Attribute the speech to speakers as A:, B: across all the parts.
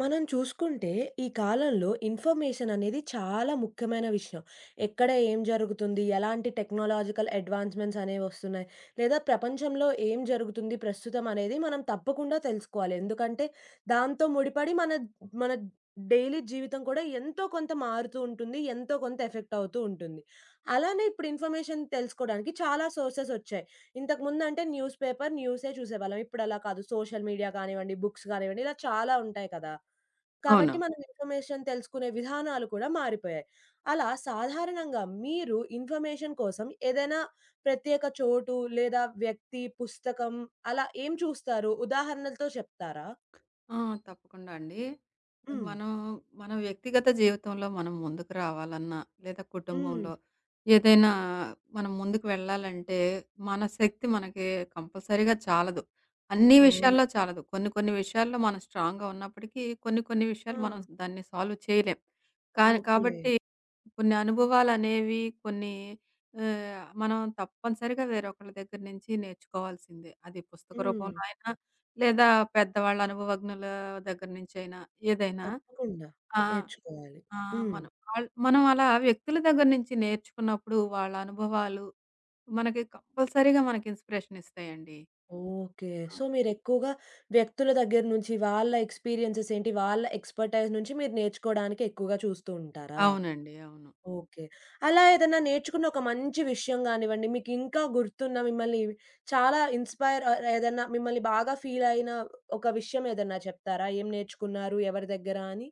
A: మనం చూసుకుంటే ఈ కాలంలో ఇన్ఫర్మేషన్ అనేది చాలా ముఖ్యమైన విషయం. ఎక్కడ ఏం జరుగుతుంది? ఎలాంటి టెక్నాలాజికల్ అడ్వాన్స్‌మెంట్స్ అనేవి వస్తున్నాయి? లేదా ప్రపంచంలో ఏం జరుగుతుంది ప్రస్తుతం అనేది మనం తప్పకుండా తెలుసుకోవాలి. ఎందుకంటే దాంతో ముడిపడి మన మన డైలీ జీవితం కూడా ఎంతో కొంత మారుతూ ఉంటుంది. ఎంతో కొంత ఎఫెక్ట్ అవుతూ ఉంటుంది. అలానే ఇప్పుడు ఇన్ఫర్మేషన్ తెలుసుకోవడానికి చాలా సోర్సెస్ వచ్చాయి. ఇంతకుముందంటే న్యూస్ పేపర్, న్యూసే చూసేవాళ్ళం. ఇప్పుడు అలా కాదు. సోషల్ మీడియా కానివ్వండి, బుక్స్ కానివ్వండి ఇలా చాలా ఉంటాయి కదా! కాబట్టి
B: అవును.
A: మనం ఇన్ఫర్మేషన్ తెలుసుకునే విధానాలు కూడా మారిపోయాయి. అలా సాధారణంగా మీరు ఇన్ఫర్మేషన్ కోసం ఏదైనా ప్రత్యేక చోటు లేదా వ్యక్తి, పుస్తకం అలా ఏం చూస్తారు? ఉదాహరణలతో చెప్తారా?
B: ఆ! తప్పకుండా అండి.
A: హ్మ్.
B: మనం మన వ్యక్తిగత జీవితంలో మనం ముందుకు రావాలన్నా, లేదా
A: హ్మ్.
B: కుటుంబంలో ఏదైనా మనం ముందుకు వెళ్ళాలంటే, మన శక్తి మనకి కంపల్సరీగా చాలదు. అన్ని
A: అవును.
B: విషయాల్లో చాలదు. కొన్ని కొన్ని విషయాల్లో మనం స్ట్రాంగ్‌గా ఉన్నప్పటికీ, కొన్ని కొన్ని
A: ఆ!
B: విషయాలు మనం దాన్ని సాల్వ్ చేయలేం. కానీ
A: ఓకే.
B: కాబట్టి కొన్ని అనుభవాలనేవి కొన్ని మనం తప్పనిసరిగా వేరొకళ్ళ దగ్గర నుంచి నేర్చుకోవాల్సిందే. అది పుస్తక
A: హ్మ్.
B: రూపంలో అయినా, లేదా పెద్దవాళ్ళ అనుభవజ్ఞుల దగ్గర నుంచైనా, ఏదైనా.
A: తప్పకుండా
B: ఆ!
A: నేర్చుకోవాలి.
B: ఆ!
A: హ్మ్.
B: మనం మనం అలా వ్యక్తుల దగ్గర నుంచి నేర్చుకున్నప్పుడు వాళ్ళ అనుభవాలు మనకి కంపల్సరీగా మనకి ఇన్‌స్పిరేషన్ ఇస్తాయండి.
A: ఓకే.
B: ఆ!
A: సో, మీరెక్కువగా వ్యక్తుల దగ్గర నుంచి వాళ్ళ ఎక్స్‌పీరియన్సెస్ ఏంటి? వాళ్ళ ఎక్స్‌పర్‌టైజ్ నుంచి మీరు నేర్చుకోవడానికి ఎక్కువగా చూస్తూ ఉంటారా?
B: అవునండి. అవును.
A: ఓకే. అలా ఏదన్నా నేర్చుకున్న ఒక మంచి విషయం గానివ్వండి, మీకింకా గుర్తున్న మిమ్మల్ని చాలా ఇన్‌స్పైర్ ఏదన్నా మిమ్మల్ని బాగా ఫీల్ అయిన ఒక విషయం ఏదన్నా చెప్తారా? ఏం నేర్చుకున్నారు? ఎవరి దగ్గర అని?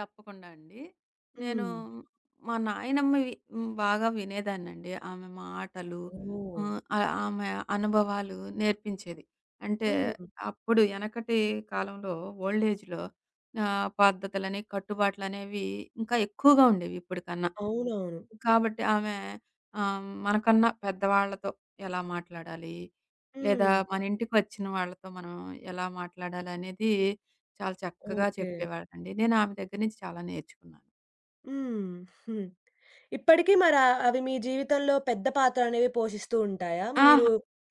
B: తప్పకుండా అండి. నేను
A: హ్మ్.
B: మా నాయనమ్మవి బాగా వినేదాన్నండి. ఆమె మాటలు,
A: ఓహ్!
B: ఆహ్, ఆహ్, ఆమె అనుభవాలు నేర్పించేది. అంటే
A: హ్మ్.
B: అప్పుడు ఎనకటి కాలంలో, ఓల్డ్ ఏజ్‌లో, పద్ధతులని, కట్టుబాట్లనేవి ఇంకా ఎక్కువగా ఉండేవి ఇప్పటికన్నా.
A: అవునవును.
B: కాబట్టి ఆమె, మనకన్నా పెద్దవాళ్ళతో ఎలా మాట్లాడాలి? లేదా
A: హ్మ్.
B: మన ఇంటికొచ్చిన వాళ్ళతో మనం ఎలా మాట్లాడాలనేది చాలా చక్కగా
A: ఓకే.
B: చెప్పేవారండి. నేను ఆమె దగ్గర నుంచి చాలా నేర్చుకున్నాను.
A: హ్మ్. హ్మ్. ఇప్పటికి మరా అవి మీ జీవితంలో పెద్ద పాత్ర అనేవి పోషిస్తూ ఉంటాయా? మీరు
B: ఆహ్!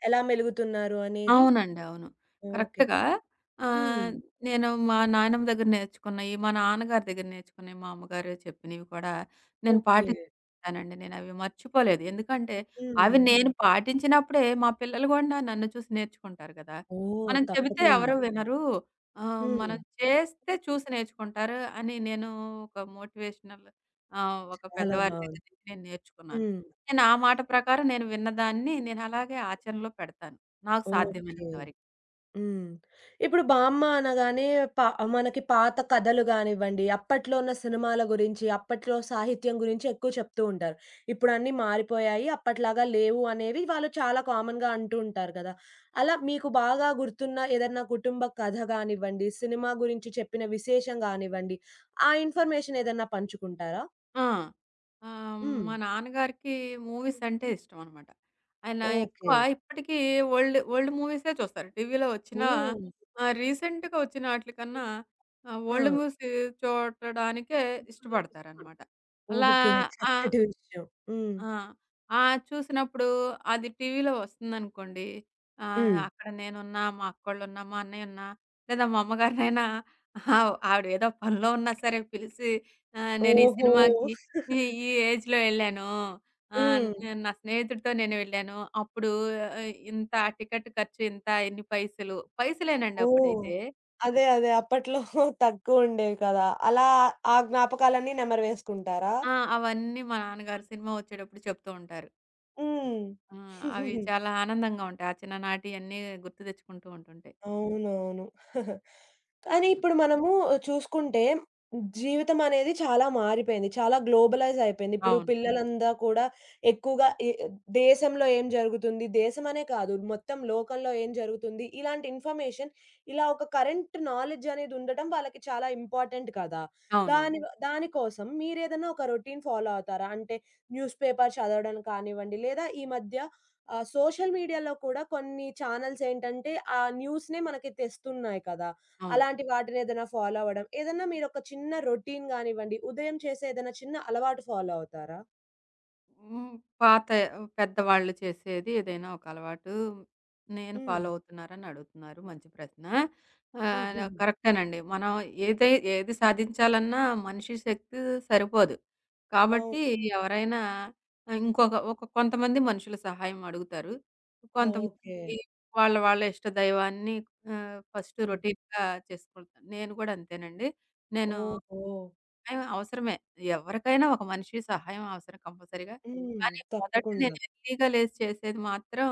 A: ఎలా మెలుగుతున్నారు అనేది?
B: అవునండి. అవును.
A: ఓకే.
B: కరెక్ట్‌గా,
A: హ్మ్.
B: ఆహ్, నేను మా నాయనమ్మ దగ్గర నేర్చుకున్నయి, మా నాన్నగారి దగ్గర నేర్చుకున్నయి, మా అమ్మగారు చెప్పినవి కూడా నేను
A: ఓకే.
B: పాటిస్తానండి. నేనవి మర్చిపోలేదు. ఎందుకంటే,
A: హ్మ్.
B: అవి నేను పాటించినప్పుడే మా పిల్లలు గూడా నన్ను చూసి నేర్చుకుంటారు గదా!
A: ఓహ్!
B: మనం చెబితే
A: తప్పకుండా.
B: ఎవరు వినరు.
A: హ్మ్.
B: మనం చేస్తే చూసి నేర్చుకుంటారు అని నేను, ఒక మోటివేషనల్, ఒక
A: చాలా
B: పెద్దవారి దగ్గర
A: బావుంది.
B: నుంచి నేను నేర్చుకున్నాను.
A: హ్మ్.
B: నేను ఆ మాట ప్రకారం నేను విన్నదాన్ని నేను అలాగే ఆచరణలో పెడతాను. నాకు
A: ఓకే.
B: సాధ్యమైనంత వరకు.
A: హ్మ్. ఇప్పుడు బామ్మ అనగానే ప మనకి పాత కథలు గానివ్వండి, అప్పట్లో ఉన్న సినిమాల గురించి, అప్పట్లో సాహిత్యం గురించి ఎక్కువ చెప్తూ ఉంటారు. ఇప్పుడు అన్నీ మారిపోయాయి. అప్పట్లాగా లేవు అనేవి వాళ్ళు చాలా కామన్‌గా అంటూ ఉంటారు గదా! అలా మీకు బాగా గుర్తున్న ఏదన్నా కుటుంబ కథ గానివ్వండి, సినిమా గురించి చెప్పిన విశేషం గానివ్వండి, ఆ ఇన్ఫర్మేషన్ ఏదన్నా పంచుకుంటారా?
B: ఆ! ఆహ్,
A: హ్మ్.
B: మా నాన్నగారికి మూవీస్ అంటే ఇష్టమనమాట. ఆయన
A: ఓకే.
B: ఎక్కువ ఇప్పటికీ ఓల్డ్ ఓల్డ్ మూవీసే చూస్తారు. టీవీలో వచ్చిన
A: ఓహ్!
B: రీసెంట్‌గా వచ్చిన ఆటిలకన్నా
A: ఆ!
B: ఓల్డ్ మూవీస్ చూడడానికే
A: ఎక్కువగా
B: ఇష్టపడతారనమాట.
A: ఇష్టపడతారు.
B: అలా
A: ఓకే.
B: ఆ!
A: చక్కటి విషయం. హ్మ్.
B: ఆ! ఆ! చూసినప్పుడు అది టీవీలో వస్తుందనుకోండి.
A: హ్మ్.
B: అక్కడ నేనున్నా, మా అక్కోళ్ళున్నా, మా అన్నయ్యున్నా, లేదా మా అమ్మగారినైనా, ఆవిడ ఏదో పనిలో ఉన్నా సరే పిలిసి, నేను ఈ
A: ఓహో!
B: సినిమాకి, ఈ ఈ ఏజ్‌లో ఎళ్ళాను.
A: హ్మ్.
B: నేను నా స్నేహితుడితో నేను వెళ్ళాను. అప్పుడు ఇంత టికెట్ ఖర్చు ఇంత, ఇన్ని పైసలు. పైసలేనండి
A: ఓహ్!
B: అప్పుడైతే.
A: అదే. అదే. అప్పట్లో తక్కువ ఉండేవి కదా! అలా ఆ జ్ఞాపకాలన్నీ నెమరు వేసుకుంటారా?
B: ఆ! అవన్నీ మా
A: హ్మ్.
B: నాన్నగారు సినిమా వచ్చేటప్పుడు చెప్తూ ఉంటారు. ఆ!
A: హ్మ్.
B: అవి చాలా ఆనందంగా ఉంటాయి. ఆ చిన్ననాటియన్నీ గుర్తు తెచ్చుకుంటూ ఉంటుంటాయి.
A: అవునవును. కానీ
B: హ్మ్.
A: ఇప్పుడు మనము చూసుకుంటే జీవితం అనేది చాలా మారిపోయింది. చాలా గ్లోబలైజ్ అయిపోయింది. ఇప్పుడు
B: అవును.
A: పిల్లలందా కూడా ఎక్కువగా దేశంలో ఏం జరుగుతుంది, దేశం అనే కాదు మొత్తం లోకంలో ఏం జరుగుతుంది, ఇలాంటి ఇన్ఫర్మేషన్ ఇలా ఒక కరెంట్ నాలెడ్జ్ అనేది ఉండటం వాళ్ళకి చాలా ఇంపార్టెంట్ కదా!
B: అవునవును.
A: దాని దాని కోసం మీరేదైనా ఒక రొటీన్ ఫాలో అవుతారా? అంటే న్యూస్ పేపర్ చదవడం కానివ్వండి, లేదా ఈ మధ్య సోషల్ మీడియాలో కూడా కొన్ని ఛానెల్స్ ఏంటంటే, ఆ న్యూస్‌నే మనకి తెస్తున్నాయి కదా!
B: అవును.
A: అలాంటి వాటిని ఏదైనా ఫాలో అవ్వడం, ఏదన్నా మీరొక చిన్న రొటీన్ గానివ్వండి, ఉదయం చేసే ఏదైనా చిన్న అలవాటు ఫాలో అవుతారా?
B: హ్మ్. పాత పెద్దవాళ్ళు చేసేది ఏదైనా ఒక అలవాటు నేను
A: హ్మ్.
B: ఫాలో అవుతున్నారని అడుగుతున్నారు. మంచి ప్రశ్న.
A: హుహుహు.
B: కరెక్టేనండి. మనం ఏది సాధించాలన్నా మనిషి శక్తి సరిపోదు.
A: అవును.
B: కాబట్టి ఎవరైనా ఒక కొంతమంది మనుషుల సహాయం అడుగుతారు. కొంతమంది
A: ఓకే.
B: వాళ్ళ వాళ్ళ ఇష్ట దైవాన్ని, ఫస్ట్
A: హ్మ్.
B: రొటీన్‌గా చేసుకుంటాను. నేను కూడా అంతేనండి. నేను
A: ఓహో!
B: సహాయం అవసరమే. ఎవరికైనా ఒక మనిషి సహాయం అవసరం కంపల్సరీగా.
A: హ్మ్.
B: కానీ మొదట
A: తప్పకుండా.
B: నేను ఎర్లీగా లేసి చేసేది మాత్రం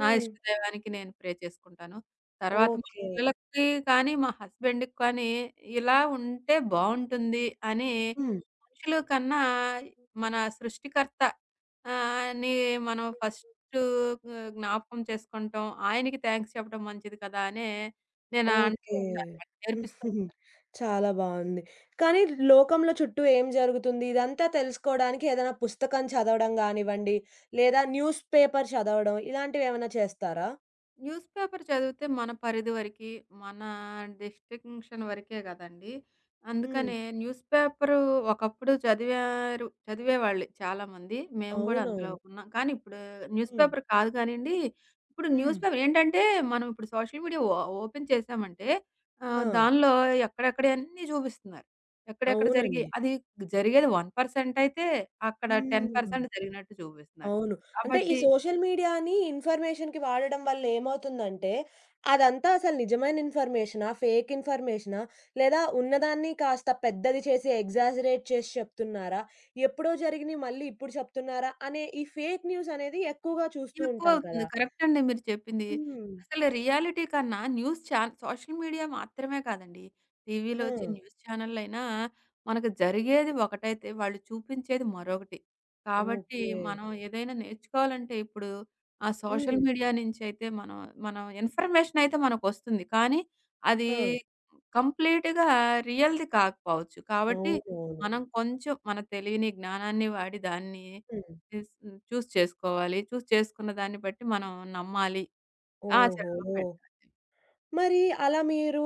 B: నా ఇష్టదైవానికి నేను ప్రే చేసుకుంటాను. తర్వాత మా
A: ఓకే.
B: పిల్లలకి కానీ, మా హస్బెండ్‌కి కానీ ఇలా ఉంటే బావుంటుంది అని
A: హ్మ్.
B: మనుషులు కన్నా మన సృష్టికర్త, అని మనం ఫస్టు జ్ఞాపకం చేసుకుంటాం. ఆయనకి థాంక్స్ చెప్పడం మంచిది కదా! అనే నేను అంటూ
A: ఓకే.
B: ఉంటానన్నమాట.
A: హ్మ్.
B: నేర్పిస్తూ.
A: చాలా బావుంది. కానీ లోకంలో చుట్టూ ఏం జరుగుతుంది ఇదంతా తెలుసుకోడానికి ఏదైనా పుస్తకం చదవడం గానివ్వండి, లేదా న్యూస్ పేపర్ చదవడం ఇలాంటివేమైనా చేస్తారా?
B: న్యూస్ పేపర్ చదివితే మన పరిధి వరకి, మన డిస్టింక్షన్ వరకే గదండీ!
A: హ్మ్.
B: అందుకనే న్యూస్ పేపరు ఒకప్పుడు చదివేవాళ్ళు చాలామంది. మేము గూడా అందులో
A: అవునవును.
B: ఉన్నాం. కానీ ఇప్పుడు న్యూస్
A: హ్మ్.
B: పేపర్ కాదు కానియండి, ఇప్పుడు
A: హ్మ్.
B: న్యూస్ పేపర్ ఏంటంటే, మనం ఇప్పుడు సోషల్ మీడియా ఓపెన్ చేశామంటే
A: ఆ!
B: దానిలో ఎక్కడెక్కడ అన్నీ చూపిస్తున్నారు. ఎక్కడెక్కడ జరిగి
A: అవునండి.
B: అది జరిగేది 1% అయితే, అక్కడ
A: హ్మ్.
B: 10% జరిగినట్టు చూపిస్తున్నారు.
A: అవును. అంటే ఈ
B: కాబట్టి
A: సోషల్ మీడియాని ఇన్ఫర్మేషన్‌కి వాడడం వల్ల ఏమవుతుందంటే, అదంతా అసలు నిజమైన ఇన్ఫర్మేషనా? ఫేక్ ఇన్ఫర్మేషనా? లేదా ఉన్నదాన్ని కాస్త పెద్దది చేసి ఎగ్జాజరేట్ చేసి చెప్తున్నారా? ఎప్పుడో జరిగినయి మళ్ళీ ఇప్పుడు చెప్తున్నారా? అనే ఈ ఫేక్ న్యూస్ అనేది ఎక్కువగా చూస్తూ ఉంటాం
B: ఎక్కువవుతుంది.
A: కదా!
B: కరెక్ట్ అండి మీరు చెప్పింది.
A: హ్మ్.
B: అసలు రియాలిటీ కన్నా న్యూస్ సోషల్ మీడియా మాత్రమే కాదండి. టీవీలో
A: ఆ!
B: వచ్చే న్యూస్ ఛానెళ్ళయినా మనకు జరిగేది ఒకటైతే వాళ్ళు చూపించేది మరొకటి. కాబట్టి
A: ఓకే.
B: మనం ఏదైనా నేర్చుకోవాలంటే ఇప్పుడు ఆ సోషల్
A: హ్మ్.
B: మీడియా నుంచయితే మనం మనం ఇన్ఫర్మేషన్ అయితే మనకొస్తుంది. కానీ అది
A: ఆ!
B: కంప్లీట్‌గా రియల్‌ది కాకపోవచ్చు. కాబట్టి
A: అవునవును.
B: మనం కొంచెం మన తెలివిని, జ్ఞానాన్ని వాడి దాన్ని
A: హ్మ్.
B: చేస్ హ్మ్. చూస్ చేసుకోవాలి. చేసుకున్న దాన్ని బట్టి మనం నమ్మాలి. ఆచరణలో
A: ఓహో!
B: పెట్టాలి.
A: మరి అలా మీరు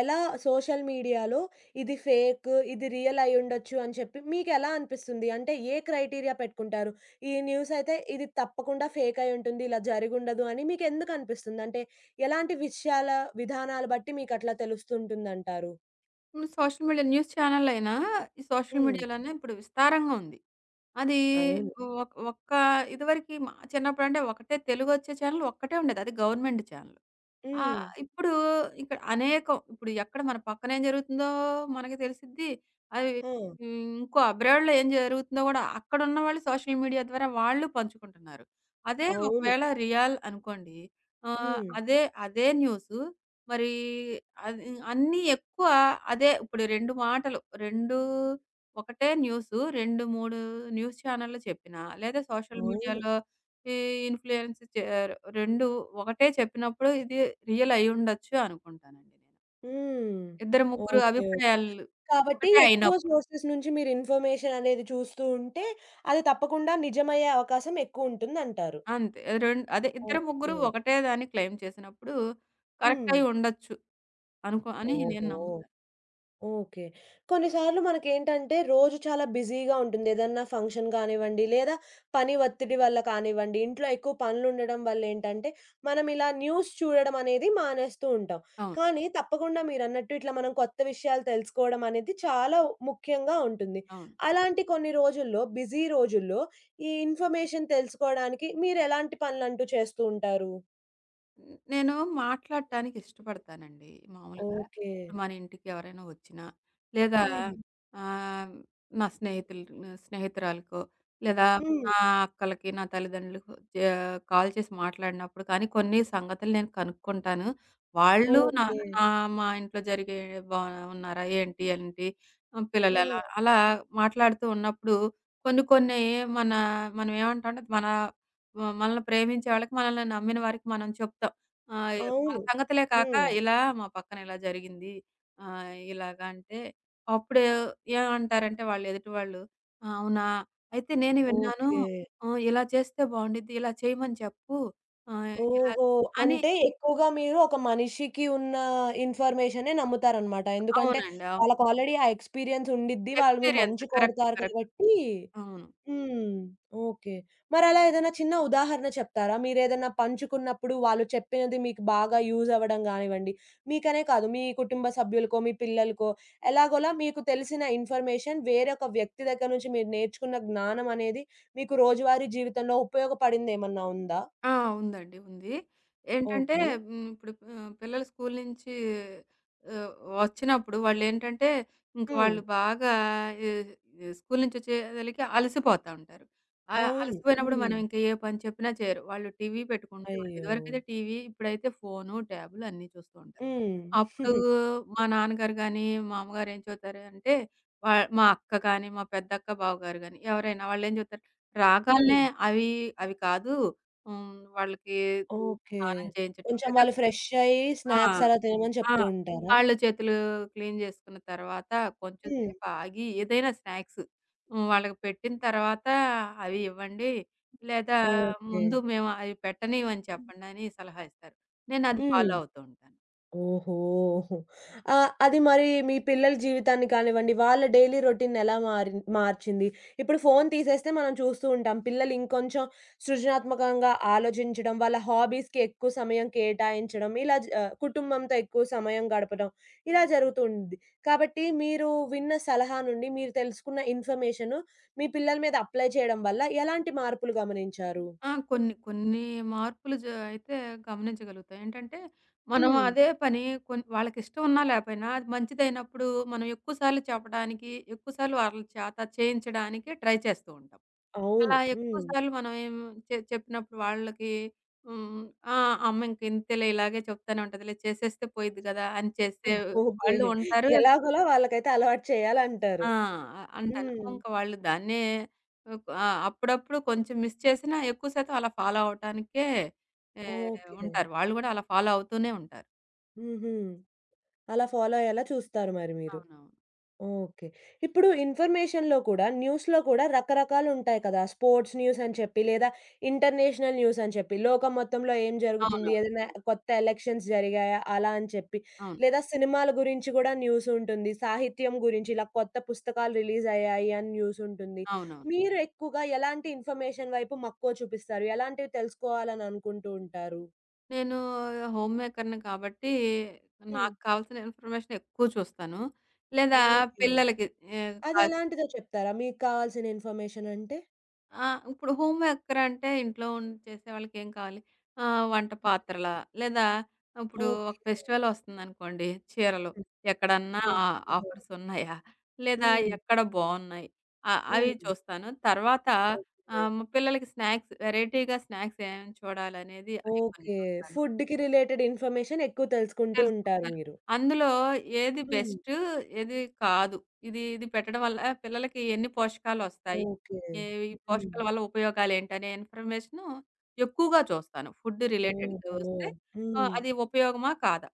A: ఎలా సోషల్ మీడియాలో ఇది ఫేక్, ఇది రియల్ అయ్యుండొచ్చు అని చెప్పి మీకెలా అనిపిస్తుంది? అంటే ఏ క్రైటీరియా పెట్టుకుంటారు? ఈ న్యూస్ అయితే ఇది తప్పకుండా ఫేక్ అయ్యుంటుంది. ఇలా జరిగుండదు అని మీకెందుకు అనిపిస్తుంది? అంటే ఎలాంటి విషయాల విధానాలు బట్టి మీకట్లా తెలుస్తుంటుందంటారు?
B: హ్మ్. సోషల్ మీడియా న్యూస్ ఛానెళ్ళయినా ఈ సోషల్
A: హ్మ్.
B: మీడియాలోనే ఇప్పుడు విస్తారంగా ఉంది. అది
A: అవును.
B: ఒక్క ఇదివరకి మా చిన్నప్పుడంటే ఒకటే తెలుగొచ్చే ఛానెల్ ఒక్కటే ఉండేది. అది గవర్నమెంట్ ఛానెల్. ఆ!
A: హ్మ్.
B: ఇప్పుడు ఇక్కడ అనేకం, ఇప్పుడు ఎక్కడ మన పక్కన ఏం జరుగుతుందో మనకి తెలిసిద్ది. అవి,
A: ఆ!
B: ఇంకో అబ్రాడ్‌లో ఏం జరుగుతుందో గూడా అక్కడున్న వాళ్ళు సోషల్ మీడియా ద్వారా వాళ్ళు పంచుకుంటున్నారు. అదే
A: అవును.
B: ఒకవేళ రియల్ అనుకోండి. ఆహ్, హ్మ్.
A: హ్మ్.
B: అదే అదే న్యూసు మరి అది అన్నీ ఎక్కువ అదే ఇప్పుడు 2 మాటలు 2 ఒకటే న్యూసు 2, 3 న్యూస్ ఛానెల్‌లు చెప్పినా లేదా సోషల్
A: అవును.
B: మీడియాలో ఈ ఇన్‌ఫ్లుయెన్స్ చే 2 ఒకటే చెప్పినప్పుడు ఇది రియల్ అయ్యుండొచ్చు అనుకుంటానండి నేను.
A: హ్మ్.
B: ఇద్దరు ముగ్గురు
A: ఓకే. ఓకే.
B: అభిప్రాయాలు
A: కాబట్టి
B: ఒకటే
A: ఎక్కువ
B: అయినప్పుడు.
A: సోర్సెస్ నుంచి మీరు ఇన్ఫర్మేషన్ అనేది చూస్తూ ఉంటే, అది తప్పకుండా నిజమయ్యే అవకాశం ఎక్కువుంటుందంటారు.
B: అంతే. అదే ఇద్దరు
A: ఓకే.
B: ముగ్గురు ఒకటే దాన్ని క్లెయిమ్ చేసినప్పుడు కరెక్ట్
A: హ్మ్.
B: అయ్యుండొచ్చు అనుకో అని నేను
A: ఓహో!
B: నమ్ముతాను.
A: ఓకే. కొన్నిసార్లు మనకేంటంటే, రోజు చాలా బిజీగా ఉంటుంది. ఏదన్నా ఫంక్షన్ కానివ్వండి, లేదా పని ఒత్తిడి వల్ల కానివ్వండి, ఇంట్లో ఎక్కువ పనులుండడం వల్లేంటంటే, మనం ఇలా న్యూస్ చూడడం అనేది మానేస్తూ ఉంటాం.
B: అవును.
A: కానీ, తప్పకుండా మీరన్నట్టు ఇట్లా మనం కొత్త విషయాలు తెలుసుకోవడం అనేది చాలా ముఖ్యంగా ఉంటుంది.
B: అవును.
A: అలాంటి కొన్ని రోజుల్లో, బిజీ రోజుల్లో ఈ ఇన్ఫర్మేషన్ తెలుసుకోడానికి మీరెలాంటి పనులంటూ చేస్తూ ఉంటారు?
B: హ్మ్. నేను మాట్లాడటానికి ఇష్టపడతానండి. మామూలుగా
A: ఓకే.
B: ఇప్పుడు మన ఇంటికి ఎవరైనా వచ్చినా, లేదా, హ్మ్,
A: హ్మ్.
B: ఆహ్, నా స్నేహితులు, స్నేహితురాలికో, లేదా
A: హ్మ్.
B: నా అక్కలకి, నా తల్లిదండ్రులకు కాల్ చేసి మాట్లాడినప్పుడు కానీ, కొన్ని సంగతులు నేను కనుక్కుంటాను. వాళ్ళు నా,
A: ఓకే.
B: నా మా ఇంట్లో జరిగే, బా ఉన్నారా? ఏంటి? ఏంటి? పిల్లలు ఎలా?
A: ఆ!
B: అలా మాట్లాడుతూ ఉన్నప్పుడు కొన్ని కొన్ని మన, మనం ఏమంటాం అంటే, మన మనల్ని ప్రేమించే వాళ్ళకి, మనల్ని నమ్మిన వారికి మనం చెప్తాం. ఆ! మన
A: అవును.
B: సంగతులే కాక,
A: హ్మ్.
B: ఇలా మా పక్కన ఇలా జరిగింది, ఇలాగ అంటే, అప్పుడు ఏమంటారంటే వాళ్ళు, ఎదుటి వాళ్ళు, "ఆ! అవునా? అయితే నేను విన్నాను.
A: ఓకే.
B: ఇలా చేస్తే బావుండిద్ది. ఇలా చేయమని చెప్పు. ఆహ్, ఇలా"
A: ఓహో!
B: అని.
A: అంటే ఎక్కువగా మీరు ఒక మనిషికి ఉన్న ఇన్ఫర్మేషనే నమ్ముతారనమాట. ఎందుకంటే
B: అవునండి. అవును.
A: వాళ్ళకి ఆల్రెడీ ఆ ఎక్స్‌పీరియన్స్ ఉండిద్ది. వాళ్ళు మీ
B: ఎక్స్‌పీరియన్స్.
A: మంచి
B: కరెక్ట్.
A: కోరుతారు
B: కరెక్ట్.
A: కాబట్టి
B: అవును.
A: హ్మ్. ఓకే. మరలా ఏదైనా చిన్న ఉదాహరణ చెప్తారా? మీరేదైనా పంచుకున్నప్పుడు వాళ్ళు చెప్పినది మీకు బాగా యూజ్ అవ్వడం గానివ్వండి, మీకనే కాదు మీ కుటుంబ సభ్యులకో, మీ పిల్లలకో ఎలాగోలా మీకు తెలిసిన ఇన్ఫర్మేషన్ వేరొక వ్యక్తి దగ్గర నుంచి మీరు నేర్చుకున్న జ్ఞానం అనేది మీకు రోజువారీ జీవితంలో ఉపయోగపడిందేమన్నా ఉందా?
B: ఆ! ఉందండి. ఉంది. ఏంటంటే,
A: ఓకే.
B: హ్మ్, ఇప్పుడు పిల్లలు స్కూలు నుంచి ఆహ్, వచ్చినప్పుడు వాళ్ళేంటంటే, ఇంక
A: హ్మ్.
B: వాళ్ళు బాగా ఈ ఈ స్కూలు నుంచి వచ్చేసరికి అలసిపోతా ఉంటారు.
A: అవును.
B: అలసిపోయినప్పుడు
A: హ్మ్.
B: మనం ఇంక ఏ పని చెప్పినా చేయరు. వాళ్ళు టీవీ పెట్టుకుంటారు.
A: అయ్యో!
B: ఇదివరకైతే టీవీ, ఇప్పుడైతే ఫోను, ట్యాబులు అన్నీ చూస్తూ ఉంటారు.
A: హ్మ్.
B: అప్పుడు మా నాన్నగారు గాని, మా అమ్మగారు ఏం చెబుతారు అంటే, వా మా అక్క గాని, మా పెద్దక్క బావగారు గాని ఎవరైనా, వాళ్ళేం చెబుతారు,
A: హ్మ్.
B: రాగాల్నే అవి అవి కాదు. హ్మ్, వాళ్ళకి
A: ఓకే.
B: స్నానం చేయించడం,
A: కొంచెం
B: లేదా
A: వాళ్ళు ఫ్రెష్ అయ్యి
B: ఆ!
A: స్నాక్స్ అలా తినమని
B: ఆ!
A: చెప్తూ ఉంటారా?
B: కాళ్ళు, చేతులు క్లీన్ చేసుకున్న తర్వాత కొంచెం
A: హ్మ్.
B: సేపు ఆగి ఏదైనా స్నాక్స్, హ్మ్, వాళ్ళకి పెట్టిన తర్వాత అవి ఇవ్వండి, లేదా
A: ఓకే.
B: ముందు మేము అవి పెట్టనివ్వని చెప్పండని సలహా ఇస్తారు. నేనది ఫాలో
A: హ్మ్.
B: అవుతూ ఉంటాను.
A: ఓహో! అది మరి మీ పిల్లల జీవితాన్ని కానివ్వండి, వాళ్ళ డైలీ రొటీన్‌ని ఎలా మార్చింది? ఇప్పుడు ఫోను తీసేస్తే మనం చూస్తూ ఉంటాం. పిల్లలు ఇంకొంచెం సృజనాత్మకంగా ఆలోచించడం, వాళ్ళ హాబీస్‌కి ఎక్కువ సమయం కేటాయించడం, కుటుంబంతో ఎక్కువ సమయం గడపడం, ఇలా జరుగుతూ ఉండిద్ది. కాబట్టి మీరు విన్న సలహా నుండి, మీరు తెలుసుకున్న ఇన్ఫర్మేషను మీ పిల్లల మీద అప్లై చేయడం వల్ల ఎలాంటి మార్పులు గమనించారు?
B: ఆ! కొన్ని కొన్ని మార్పులు అయితే గమనించగలుగుతాం. ఏంటంటే, మనం
A: హ్మ్.
B: అదే పని వాళ్ళకిష్టం ఉన్నా లేపోయినా, అది మంచిదైనప్పుడు మనం ఎక్కువ సార్లు చెప్పడానికి, ఎక్కువ సార్లు వాళ్ళ చేత చేయించడానికి ట్రై చేస్తూ ఉంటాం.
A: అవును.
B: అలా ఎక్కువ
A: హ్మ్.
B: సార్లు మనం ఏం చెప్పినప్పుడు వాళ్ళకి, హ్మ్, ఆ! అమ్మ ఇంక ఇంతేలే, ఇలాగే చెప్తానే ఉంటదిలే, చేసేస్తే పోయిద్ది గదా! అని చేసే
A: ఓకే.
B: వాళ్ళు ఉంటారు.
A: ఎలాగోలా వాళ్ళకైతే అలవాటు చేయాలంటారు.
B: ఆ! అంటాను.
A: హ్మ్.
B: ఇంక వాళ్ళు దాన్నే అప్పుడప్పుడు కొంచెం మిస్ చేసినా ఎక్కువ శాతం అలా ఫాలో అవ్వటానికే
A: ఓకే.
B: ఉంటారు. వాళ్ళు గూడా అలా ఫాలో అవుతూనే ఉంటారు.
A: హుహు. అలా ఫాలో అయ్యేలా చూస్తారు మరి మీరు.
B: అవునవును.
A: ఓకే. ఇప్పుడు ఇన్ఫర్మేషన్‌లో కూడా, న్యూస్‌లో కూడా రకరకాలుంటాయి కదా! స్పోర్ట్స్ న్యూస్ అని చెప్పి, లేదా ఇంటర్నేషనల్ న్యూస్ అని చెప్పి, లోకం మొత్తంలో ఏం జరుగుతుంది,
B: అవునవును.
A: ఏదైనా కొత్త ఎలక్షన్స్ జరిగాయా అలా అని చెప్పి,
B: అవును.
A: లేదా సినిమాల గురించి గూడా న్యూసుంటుంది. సాహిత్యం గురించి ఇలా కొత్త పుస్తకాలు రిలీజ్ అయ్యాయి అని న్యూసుంటుంది.
B: అవునవును.
A: మీరు ఎక్కువగా ఎలాంటి ఇన్ఫర్మేషన్ వైపు మక్కువ చూపిస్తారు? ఎలాంటివి తెలుసుకోవాలని అనుకుంటూ ఉంటారు?
B: నేను హోమ్ మేకర్‌ని కాబట్టి
A: హ్మ్.
B: నాకు కావాల్సిన ఇన్ఫర్మేషన్ ఎక్కువ చూస్తాను. లేదా
A: ఓకే.
B: పిల్లలకి, కాల్,
A: అదెలాంటిదో చెప్తారా? మీకు కావాల్సిన ఇన్ఫర్మేషన్ అంటే?
B: ఆ! ఇప్పుడు హోమ్ మేకర్ అంటే ఇంట్లో ఉండి చేసే వాళ్ళకేం కావాలి? వంట పాత్రలా, లేదా ఇప్పుడు ఒక
A: ఓకే.
B: ఫెస్టివల్ వస్తుందనుకోండి చీరలు. ఎక్కడన్నా ఆ
A: ఓహో!
B: ఆఫర్స్ ఉన్నాయా? లేదా
A: హ్మ్.
B: ఎక్కడ బావున్నాయి? అవి
A: హ్మ్.
B: చూస్తాను. తర్వాత
A: ఓకే.
B: మా పిల్లలకి వెరైటీగా స్నాక్స్ ఏమేమి చూడాలనేది అయి కొన్ని
A: ఓకే.
B: చూస్తాను.
A: ఫుడ్‌కి రిలేటెడ్ ఇన్ఫర్మేషన్ ఎక్కువ తెలుసుకుంటూ ఉంటారు
B: తెలుసుకుంటారు.
A: మీరు.
B: అందులో ఏది
A: హ్మ్.
B: బెస్ట్, ఏది కాదు. ఇది ఇది పెట్టడం వల్ల పిల్లలకి ఎన్ని పోషకాలొస్తాయి,
A: ఓకే.
B: ఏ హ్మ్. ఈ
A: హ్మ్.
B: పోషకాల వల్ల ఉపయోగాలేంటనే ఇన్ఫర్మేషను ఎక్కువగా చూస్తాను. ఫుడ్ రిలేటెడ్‌గా
A: ఓహో!
B: వస్తే
A: హ్మ్.
B: అది ఉపయోగమా? కాదా?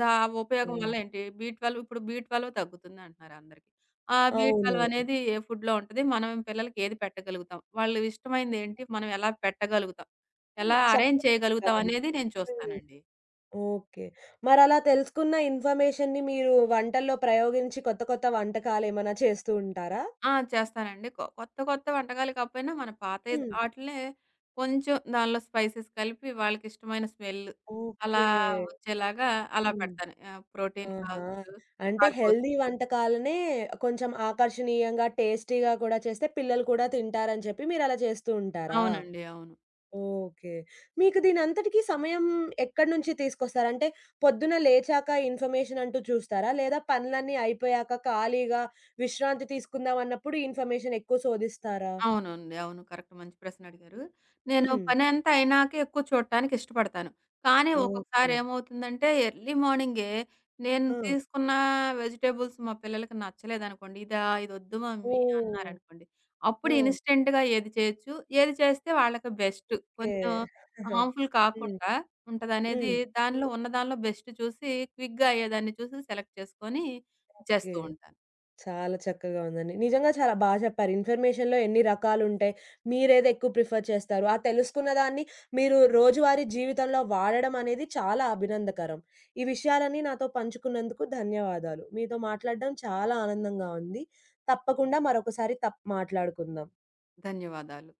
B: ఆ ఉపయోగం
A: యాహ్!
B: వల్ల ఏంటి? బి12, ఇప్పుడు బి12 తగ్గుతుందంటున్నారు అందరికి. ఆ బి12
A: అవునవును.
B: అనేది ఏ ఫుడ్‌లో ఉంటది? మనం పిల్లలకి ఏది పెట్టగలుగుతాం? వాళ్ళు ఇష్టమైనదేంటి? మనం ఎలా పెట్టగలుగుతాం?
A: హ్మ్.
B: ఎలా
A: చాలా
B: అరేంజ్
A: చక్కగా
B: చేయగలుగుతాం
A: ఉంది.
B: అనేది నేను
A: హ్మ్.
B: చూస్తానండి.
A: ఓకే. మరలా తెలుసుకున్న ఇన్ఫర్మేషన్‌ని మీరు వంటల్లో ప్రయోగించి కొత్త కొత్త వంటకాలేమైనా చేస్తూ ఉంటారా?
B: ఆ! చేస్తానండి. కొత్త కొత్త వంటకాలు కాకపోయినా మన పాతయి
A: హ్మ్.
B: ఆటిలే కొంచెం దానిలో స్పైసెస్ కలిపి వాళ్ళకిష్టమైన స్మెల్ అలా
A: ఓకే.
B: వచ్చేలాగా అలా
A: హ్మ్.
B: పెడతాను. ప్రోటీన్
A: ఆహా!
B: కావచ్చు,
A: అంటే
B: కార్బోస్.
A: హెల్తీ వంటకాలనే కొంచెం ఆకర్షణీయంగా, టేస్టీగా కూడా చేస్తే పిల్లలు కూడా తింటారని చెప్పి మీరలా చేస్తూ ఉంటారా?
B: అవునండి. అవును.
A: ఓకే. మీకు దీనంతటికి సమయం ఎక్కడి నుంచి తీసుకొస్తారు? అంటే పొద్దున లేచాక ఇన్ఫర్మేషన్ అంటూ చూస్తారా? లేదా పనులన్నీ అయిపోయాక ఖాళీగా విశ్రాంతి తీసుకుందాం అన్నప్పుడు ఇన్ఫర్మేషన్ ఎక్కువ శోధిస్తారా?
B: అవునండి. అవును. కరెక్ట్. మంచి ప్రశ్న అడిగారు. నేను
A: హ్మ్.
B: పనంతా అయినాక ఎక్కువ చూడటానికి ఇష్టపడతాను. కానీ
A: ఓకే.
B: ఒక్కొక్కసారి ఏమవుతుందంటే ఎర్లీ మార్నింగే నేను
A: ఆ!
B: తీసుకున్న వెజిటబుల్స్ మా పిల్లలకి నచ్చలేదనుకోండి. ఇదొద్దు మమ్మీ
A: ఓహ్!
B: అన్నారనుకోండి.
A: ఆ!
B: అప్పుడు ఇన్‌స్టెంట్‌గా ఏది చేయొచ్చు, ఏది చేస్తే వాళ్ళకి బెస్ట్,
A: ఓకే.
B: కొంచెం హార్మ్‌ఫుల్
A: హ్మ్.
B: కాకుండా ఉంటదనేది,
A: హ్మ్.
B: దానిలో బెస్ట్ చూసి, క్విక్‌గా అయ్యేదాన్ని చూసి సెలెక్ట్ చేసుకొని
A: ఓకే.
B: చేస్తూ ఉంటాను.
A: చాలా చక్కగా ఉందండి. నిజంగా చాలా బా చెప్పారు. ఇన్ఫర్మేషన్‌లో ఎన్ని రకాలుంటాయి. మీరేది ఎక్కువ ప్రిఫర్ చేస్తారు. ఆ తెలుసుకున్న దాన్ని మీరు రోజువారీ జీవితంలో వాడడం అనేది చాలా అభినందకరం. ఈ విషయాలన్నీ నాతో పంచుకున్నందుకు ధన్యవాదాలు. మీతో మాట్లాడడం చాలా ఆనందంగా ఉంది. తప్పకుండా మరొకసారి మాట్లాడుకుందాం.
B: ధన్యవాదాలు.